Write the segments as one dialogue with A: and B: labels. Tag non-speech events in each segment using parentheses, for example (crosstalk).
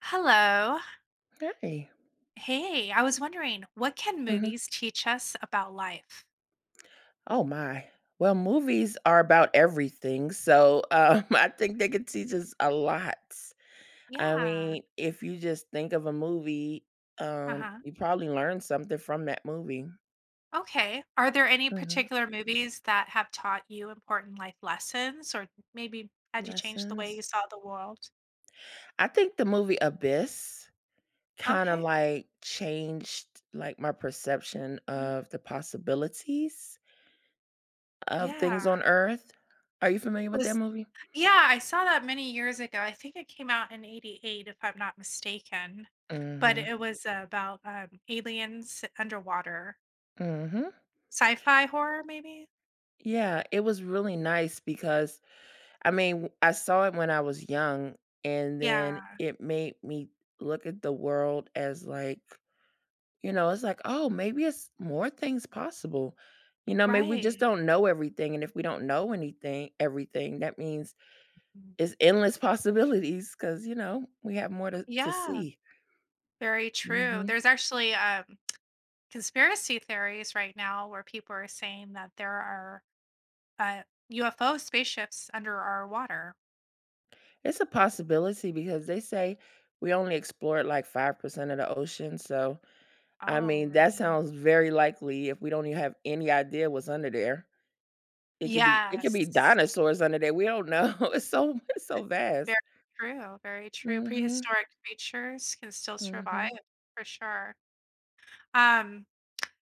A: Hello.
B: Hey.
A: Hey, I was wondering, what can
B: Mhm.
A: movies teach us about life?
B: Oh my. Well, movies are about everything, so, (laughs) I think they can teach us a lot. I
A: Yeah.
B: mean, if you just think of a movie,
A: Uh-huh.
B: you probably learn something from that movie.
A: Okay. Are there any
B: Mhm.
A: particular movies that have taught you important life lessons or maybe had you change the way you
B: Lessons.
A: saw the world?
B: I think the movie Abyss kinda,
A: Okay.
B: like, changed, like, my perception
A: Mm.
B: of the possibilities of
A: Yeah.
B: things on Earth. Are you familiar with that
A: Was
B: movie?
A: yeah, I saw that many years ago. I think it came out in 88 if I'm not mistaken. But
B: Mhm.
A: it was about aliens underwater.
B: Mhm.
A: Sci-fi horror maybe?
B: Yeah, it was really nice because I mean, I saw it when I was young, and then
A: Yeah.
B: it made me look at the world as like, you know, it's like, oh, maybe it's more things possible. You know, maybe we just
A: Right.
B: don't know everything. And if we don't know anything, everything, that means it's endless (laughs) possibilities because, you know, we have more to
A: Yeah,
B: see.
A: very true.
B: Hmm.
A: There's actually conspiracy theories right now where people are saying that there are uh, UFO spaceships under our water.
B: It's a possibility because they say we only explored like 5% of the ocean. So, I
A: Oh,
B: mean, that
A: really?
B: sounds very likely if we don't even have any idea what's under there. It could be
A: Yes,
B: dinosaurs under there, we don't know, (laughs) it's so vast.
A: very true. Very true.
B: Mhm,
A: Prehistoric creatures can still survive
B: mhm.
A: for sure. Um,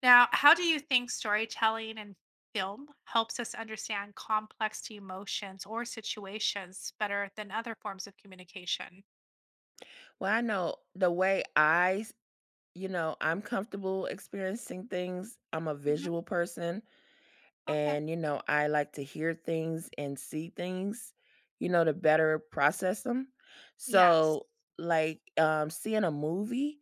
A: Now, how do you think storytelling and film helps us understand complex emotions or situations better than other forms of communication?
B: Well, I know the way I s you know, I'm comfortable experiencing things, I'm a
A: hmm
B: visual person,
A: Okay.
B: and, you know, I like to hear things and see things, you know, to better process them.
A: Yes,
B: So, like, seeing a movie,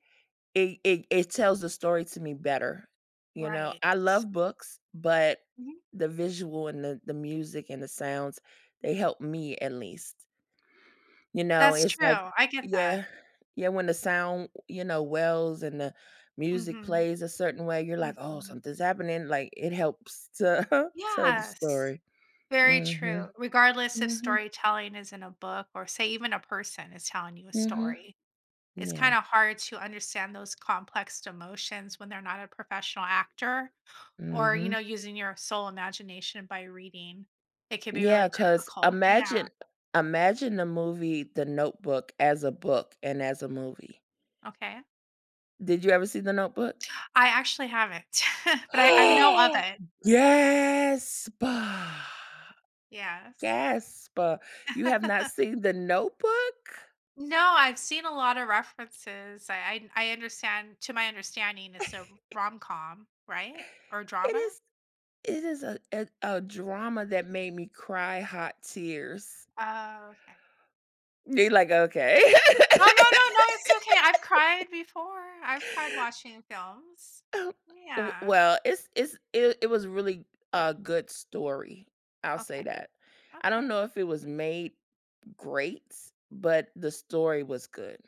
B: it tells the story to me better, you know?
A: right.
B: I love books, but
A: Mhm.
B: the visual and the music and the sounds, they help me at least, you know?
A: That's
B: It's like
A: true, I get that.
B: yeah. Yeah, when the sound, you know, wells and the music
A: Mhm,
B: plays a certain way, you're like, "Oh,
A: mhm.
B: something's happening." Like, it helps to (laughs) tell the
A: Yes,
B: story.
A: very
B: Mm, mhm.
A: true, regardless if
B: Mhm.
A: storytelling is in a book or say even a person is telling you a
B: Mhm.
A: story. It's
B: Yeah.
A: kinda hard to understand those complex emotions when they're not a professional actor
B: Mm,
A: or, you
B: mhm.
A: know, using your sole imagination by reading. It could be really
B: Yeah, cause
A: difficult. Yeah,
B: imagine the movie The Notebook as a book and as a movie.
A: okay.
B: Did you ever see The Notebook?
A: I actually haven't, (laughs) but I know of
B: (gasps)
A: it.
B: Gasp!
A: Yes.
B: Gasp! You have not
A: (laughs)
B: seen The Notebook?
A: No, I've seen a lot of references. I understand. To my understanding, it's a rom com, right? Or
B: It
A: drama?
B: is it is a drama that made me cry hot tears.
A: Oh, okay.
B: You're like, "Okay."
A: No, no,
B: (laughs)
A: no, no. It's okay. I've cried before. I've cried watching films.
B: W
A: Yeah.
B: well, it was really a good story, I'll say
A: Okay.
B: that. I don't
A: Okay.
B: know if it was made great, but the story was good.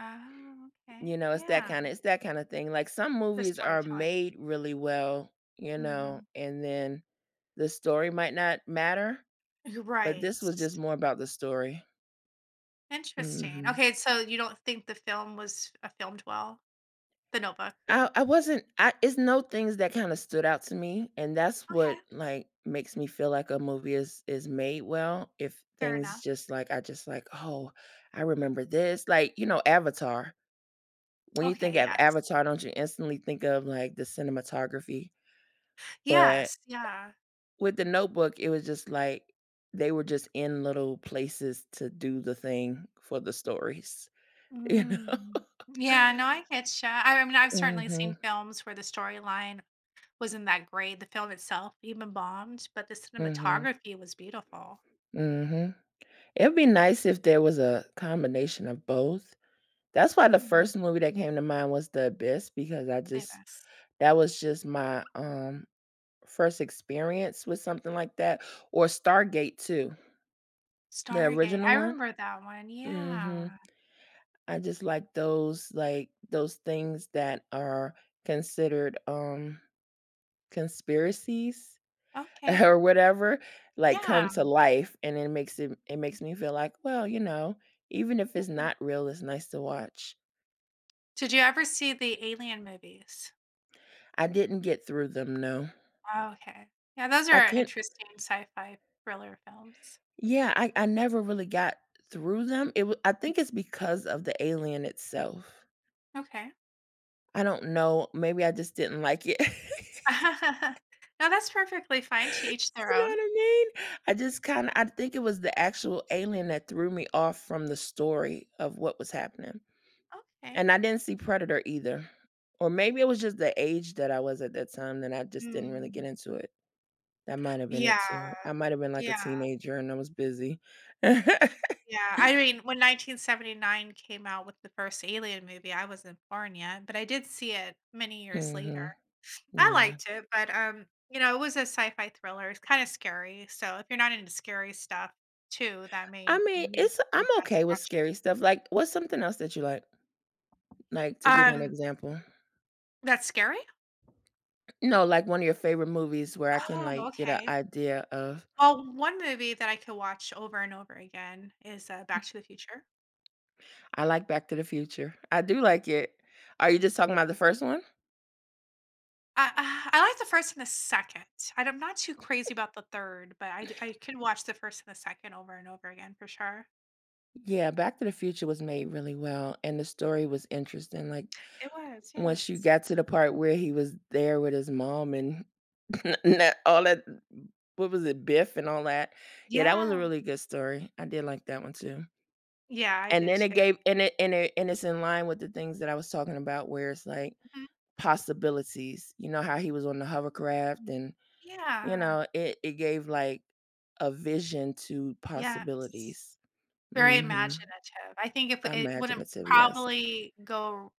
A: Oh, okay.
B: You know, it's that kinda
A: Yeah.
B: it's that kinda thing, like, some
A: The
B: movies are
A: storytelling.
B: made really well, you know,
A: hmm
B: and then the story might not matter, but this
A: Right.
B: was just more about the story.
A: Interesting.
B: Mhm.
A: Okay. So you don't think the film was filmed well? The Notebook.
B: I wasn't I it's no things that kinda stood out to me, and that's
A: Okay.
B: what, like, makes me feel like a movie is made well, if
A: Fair
B: things
A: enough.
B: just like I just like, "Oh, I remember this." Like, you know, Avatar. When you think
A: Okay.
B: of
A: Yes.
B: Avatar, don't you instantly think of, like, the cinematography? But
A: Yes. Yeah.
B: with The Notebook, it was just like they were just in little places to do the thing for the stories, (laughs) you
A: Mm.
B: know? (laughs)
A: Yeah, no, I get you. I mean, I've certainly seen
B: Mhm.
A: films where the storyline wasn't that great. The film itself even bombed, but the
B: Mhm.
A: cinematography was beautiful.
B: Mhm. It'd be nice if there was a combination of both. That's why the
A: Mm,
B: first movie that came to mind was The Abyss because I
A: save
B: just
A: us.
B: that was just my, first experience with something like that, or Stargate too, the
A: Stargate, I
B: original one.
A: remember that one,
B: Mhm.
A: yeah.
B: I just like, those things that are considered, conspiracies (laughs)
A: Okay,
B: or whatever, like,
A: yeah.
B: come to life, and it makes me feel like, "Well, you know, even if it's
A: Mm.
B: not real, it's nice to watch."
A: Did you ever see the Alien movies?
B: I didn't get through them, no.
A: Okay. Yeah, those
B: I
A: are
B: couldn't
A: interesting sci-fi thriller films.
B: Yeah, I never really got through them. It wa I think it's because of the alien itself.
A: Okay.
B: I don't know, maybe I just didn't like it. (laughs)
A: (laughs) No, that's perfectly fine, to each their
B: You know
A: own.
B: what I mean? I just kinda I think it was the actual alien that threw me off from the story of what was happening.
A: Okay.
B: And I didn't see Predator either. Or maybe it was just the age that I was at that time that I just didn't really
A: Mm.
B: get into it. That might have been
A: Yeah.
B: it too. I might have been like a
A: Yeah,
B: teenager and I was busy. (laughs)
A: yeah. I mean, when 1979 came out with the first Alien movie, I wasn't born yet, but I did see it many years later.
B: Mhm.
A: I
B: Yeah.
A: liked it, but, you know, it was a sci-fi thriller. It's kinda scary, so if you're not into scary stuff too, that may
B: I mean,
A: may
B: it's I'm
A: not
B: okay with
A: watch it.
B: scary stuff, like, what's something else that you like? Like, to give me an
A: Um,
B: example.
A: that's scary?
B: No, like, one of your favorite movies where I can,
A: Oh,
B: like, get an
A: okay.
B: idea of
A: Well, one movie that I could watch over and over again is, Back to the Future.
B: I like Back to the Future. I do like it. Are you just talking about the first one?
A: I I like the 1st and the 2nd. I'm not too crazy about the 3rd, but I can watch the 1st and the 2nd over and over again for sure.
B: Yeah, Back to the Future was made really well, and the story was interesting, like,
A: It was,
B: once you
A: yes.
B: got to the part where he was there with his mom and (laughs) and that all that what was it, Biff and all that. Yeah, that was a
A: Yeah.
B: really good story. I did like that one too.
A: Yeah, I
B: And
A: did
B: then it
A: too.
B: gave and it and it and it's in line with the things that I was talking about where it's like
A: Mhm.
B: possibilities, you know, how he was on the hovercraft and, you
A: Yeah.
B: know, it gave like a vision to
A: Yes.
B: possibilities.
A: Very
B: Mhm.
A: imaginative. I think if it wouldn't
B: Imaginative, yes.
A: probably go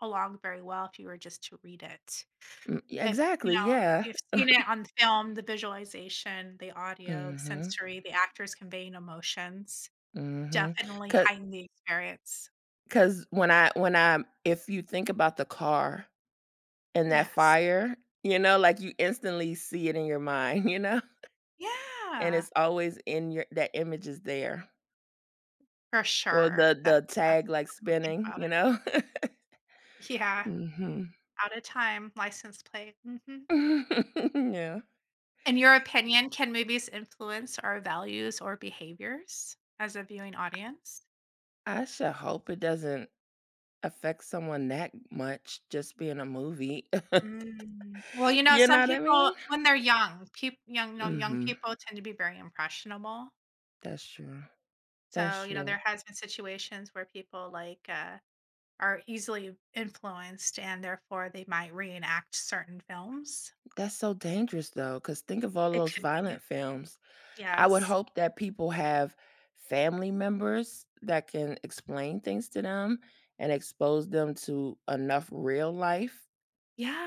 A: along very well if you were just to read it.
B: Mm, yeah,
A: If, you know,
B: exactly, yeah.
A: you've seen it on film, the visualization, the audio, the
B: Mhm,
A: sensory, the actors conveying emotions
B: mhm.
A: definitely
B: because
A: heighten the experience.
B: cause when I if you think about the car and that
A: Yes.
B: fire, you know, like you instantly see it in your mind, (laughs) you know? And
A: Yeah,
B: it's always in your that image is there.
A: for
B: Or
A: sure.
B: the
A: That
B: the
A: that's
B: tag, like,
A: what I would think
B: spinning,
A: about it.
B: you know? (laughs)
A: Yeah,
B: Mhm.
A: out of time, license plate, mhm.
B: (laughs) Yeah.
A: In your opinion, can movies influence our values or behaviors as a viewing audience?
B: I sure hope it doesn't affect someone that much just being a movie. (laughs)
A: Mm. Well, you know,
B: You know
A: some
B: what I
A: people
B: mean?
A: when they're young, peop young you know, young
B: Mhm.
A: people tend to be very impressionable.
B: That's true. That's
A: So, you know,
B: true.
A: there has been situations where people, like, are easily influenced, and therefore, they might reenact certain films.
B: That's so dangerous, though, cause think of all
A: It
B: those
A: could be.
B: violent films. I would
A: Yes.
B: hope that people have family members that can explain things to them and expose them to enough real life.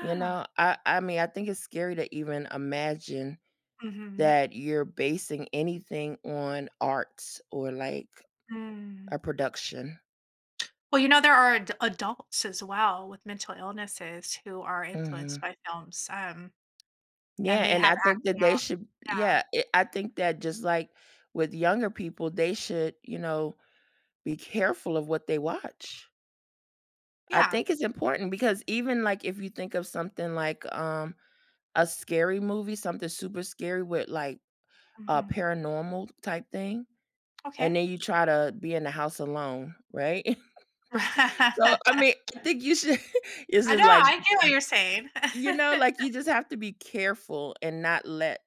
B: You know, I mean, I think it's scary to even imagine
A: Mhm.
B: that you're basing anything on arts or, like,
A: Mm.
B: a production.
A: Well, you know, there are ad adults as well with mental illnesses who are influenced
B: Mhm.
A: by films,
B: Yeah,
A: and they
B: and
A: have
B: I think
A: acted
B: that they
A: out.
B: should
A: Yeah.
B: yeah, it I think that just like with younger people, they should, you know, be careful of what they watch. I
A: Yeah.
B: think it's important because even, like, if you think of something like, a scary movie, something super scary with, like, a
A: Mhm.
B: paranormal type thing.
A: Okay.
B: And then you try to be in the house alone, right? (laughs) So, I
A: (laughs)
B: mean, I think you should (laughs) it's
A: I know,
B: just
A: I
B: like,
A: get what you're saying.
B: you know, like,
A: (laughs)
B: you just have to be careful and not let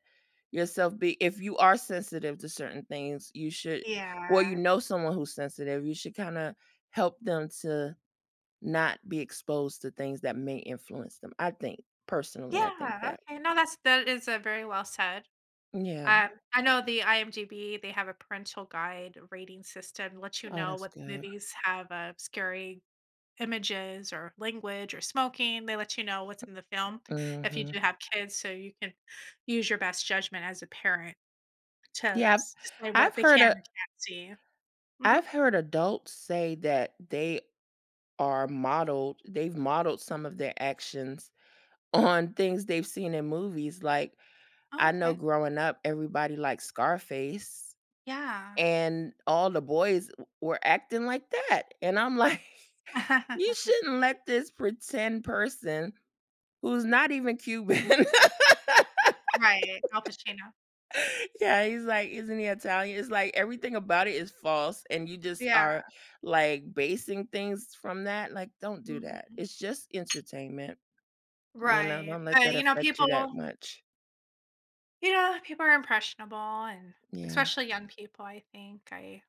B: yourself be if you are sensitive to certain things, you should or you
A: Yeah.
B: know someone who's sensitive, you should kinda help them to not be exposed to things that may influence them, I think. Personally, I think
A: Yeah,
B: that.
A: okay. No, that's that is, a very well said.
B: Yeah.
A: I know the IMDb, they have a parental guide rating system. Let you
B: Oh,
A: know
B: that's
A: what
B: good.
A: movies have a scary images or language or smoking. They let you know what's in the film if you
B: Mhm.
A: do have kids, so you can use your best judgment as a parent to
B: Yeah,
A: s decide
B: I've
A: what they
B: heard
A: can and
B: a
A: can't see. Mhm.
B: I've heard adults say that they've modeled some of their actions (laughs) on things they've seen in movies, like,
A: Oh,
B: I know
A: okay.
B: growing up, everybody liked Scarface,
A: Yeah.
B: and all the boys w were acting like that, and I'm like, (laughs) "You
A: (laughs)
B: shouldn't let this pretend person who's not even Cuban"
A: Right, Al Pacino.
B: (laughs) Yeah, he's like, "Isn't he Italian?" It's like, everything about it is false, and you just
A: Yeah.
B: are, like, basing things from that, like, don't do that.
A: Mhm.
B: It's just entertainment. You know,
A: Right.
B: don't let
A: But,
B: that
A: you know,
B: affect you that much.
A: people are impressionable and
B: Yeah.
A: especially young people, I think. I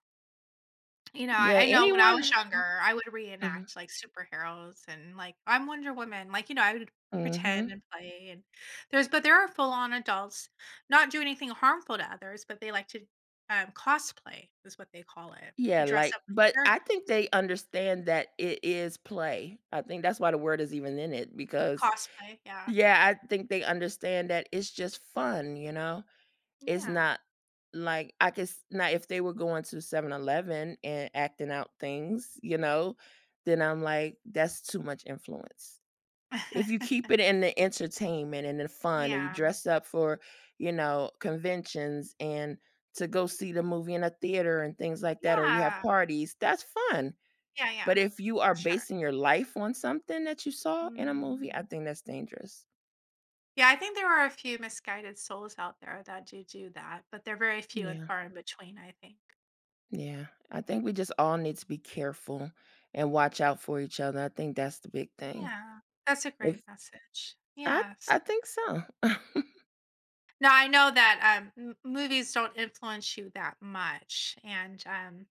A: You know,
B: Yeah,
A: I know when I was
B: anyone
A: younger, I would
B: Mhm,
A: reenact, like, superheroes and, like, I'm Wonder Woman, like, you know, I would pretend
B: mhm.
A: and play and there's but there are full-on adults not do anything harmful to others, but they like to, cosplay is what they call it. To
B: Yeah,
A: dress
B: like
A: up like
B: but
A: character
B: I think they understand that it is play. I think that's why the word is even in it because
A: cosplay, yeah.
B: yeah, I think they understand that it's just fun, you know? It's
A: Yeah.
B: not like I could s now if they were going to 7-Eleven and acting out things, you know, then I'm like, that's too much influence. If you keep
A: (laughs)
B: it in the entertainment and the fun and you
A: Yeah.
B: dress up for, you know, conventions and to go see the movie in a theater and things like that, or you have
A: Yeah.
B: parties, that's fun.
A: Yeah, yeah.
B: But if you are
A: For sure.
B: basing your life on something that you saw in a movie,
A: Mm.
B: I think that's dangerous.
A: Yeah, I think there are a few misguided souls out there that do that, but they're very few and
B: Yeah,
A: far in between, I think.
B: yeah. I think we just all need to be careful and watch out for each other. I think that's the big thing.
A: Yeah, that's a great
B: If
A: message.
B: I
A: Yes.
B: I think so. (laughs)
A: Now I know that m- movies don't influence you that much, and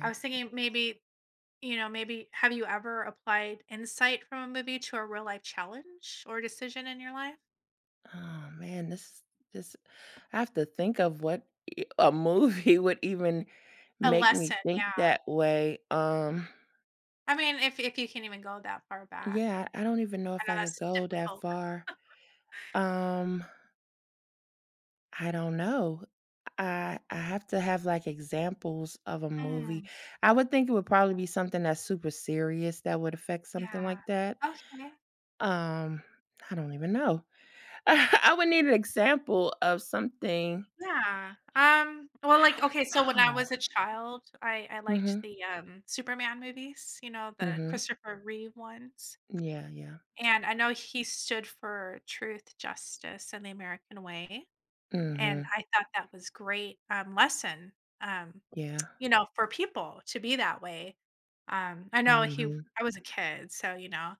A: I was thinking maybe you know maybe have you ever applied insight from a movie to a real life challenge or decision in your life?
B: Oh man, this I have to think of what e a (laughs) movie would even
A: A
B: make me
A: lesson,
B: think
A: yeah.
B: that way. Um,
A: I mean, if you can even go that far back,
B: yeah, I don't even know
A: I
B: if
A: know
B: I could
A: that's
B: go that
A: difficult.
B: far. Um, I don't know. I have to have, like, examples of a movie.
A: Mm,
B: I would think it would probably be something that's super serious that would affect something
A: yeah.
B: like that.
A: Okay.
B: Um, I don't even know. (laughs) I would need an example of something
A: Yeah. Well,
B: I
A: like,
B: don't
A: okay, so when I
B: know.
A: was a child, I liked
B: Mhm,
A: the, Superman movies, you know, the
B: mhm.
A: Christopher Reeve ones,
B: Yeah, yeah.
A: and I know he stood for truth, justice, and the American way,
B: Mm,
A: and
B: mhm.
A: I thought that was great, lesson, um,
B: Yeah.
A: you know, for people to be that way. I know
B: Mm,
A: he
B: mhm.
A: I was a kid, so, you know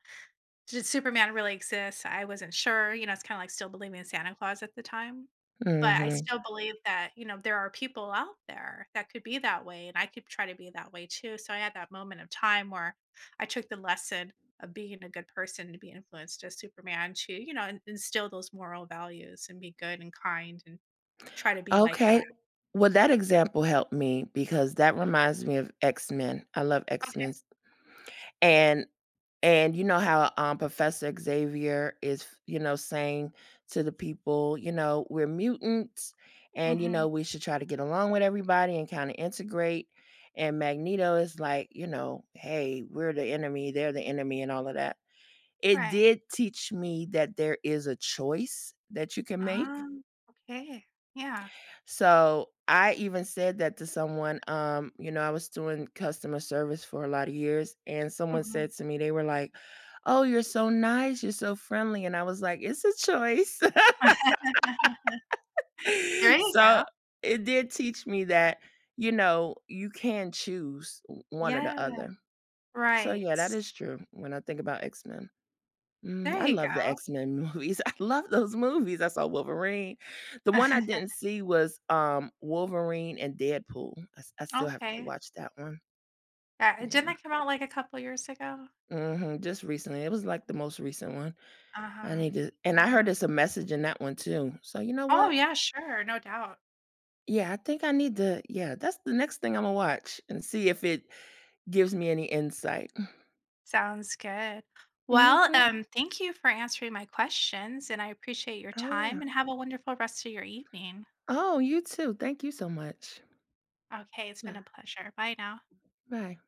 A: did Superman really exist? I wasn't sure, you know, it's kinda like still believing in Santa Claus at the time,
B: Mm,
A: but I
B: mhm.
A: still believe that, you know, there are people out there that could be that way, and I could try to be that way too, so I had that moment of time where I took the lesson of being a good person to be influenced as Superman to, you know, in instill those moral values and be good and kind and try to be like that.
B: Okay. Well, that example helped me because that reminds me of X-Men. I love
A: Okay.
B: X-Men. And and you know how Professor Xavier is, you know, saying to the people, you know, we're mutants and you
A: Mhm.
B: know, we should try to get along with everybody and kind of integrate. And Magneto is like, you know, hey, we're the enemy, they're the enemy and all of that. It
A: Right.
B: did teach me that there is a choice that you can make.
A: Oh, okay. Yeah.
B: So, I even said that to someone, you know, I was doing customer service for a lot of years, and someone
A: Mhm.
B: said to me, they were like, "Oh, you're so nice, you're so friendly," and I was like, "It's a choice." (laughs)
A: (laughs) There you
B: So,
A: go.
B: it did teach me that, you know, you can choose one or the
A: Yeah.
B: other. So,
A: Right.
B: yeah, that is true when I think about X-Men. Mm, I
A: There you
B: love the
A: go.
B: X-Men movies. (laughs) I love those movies. I saw Wolverine. The one I
A: (laughs)
B: didn't see was, Wolverine and Deadpool. I still have to
A: Okay.
B: watch that one.
A: Yeah, didn't
B: Yeah.
A: that come out, like, a couple years ago?
B: Mhm, just recently. It was, like, the most recent one. I
A: Uh-huh.
B: need to and I heard
A: Yeah.
B: there's a message in that one too. So, you know
A: Oh,
B: what?
A: yeah, sure, no doubt.
B: Yeah, I think I need to yeah, that's the next thing Imma watch and see if it gives me any insight.
A: Sounds good. Well,
B: Mhm.
A: thank you for answering my questions, and I appreciate your
B: Oh,
A: time,
B: yeah.
A: and have a wonderful rest of your evening.
B: Oh, you too. Thank you so much.
A: Okay, it's been
B: Bye.
A: a pleasure. Bye now.
B: Bye.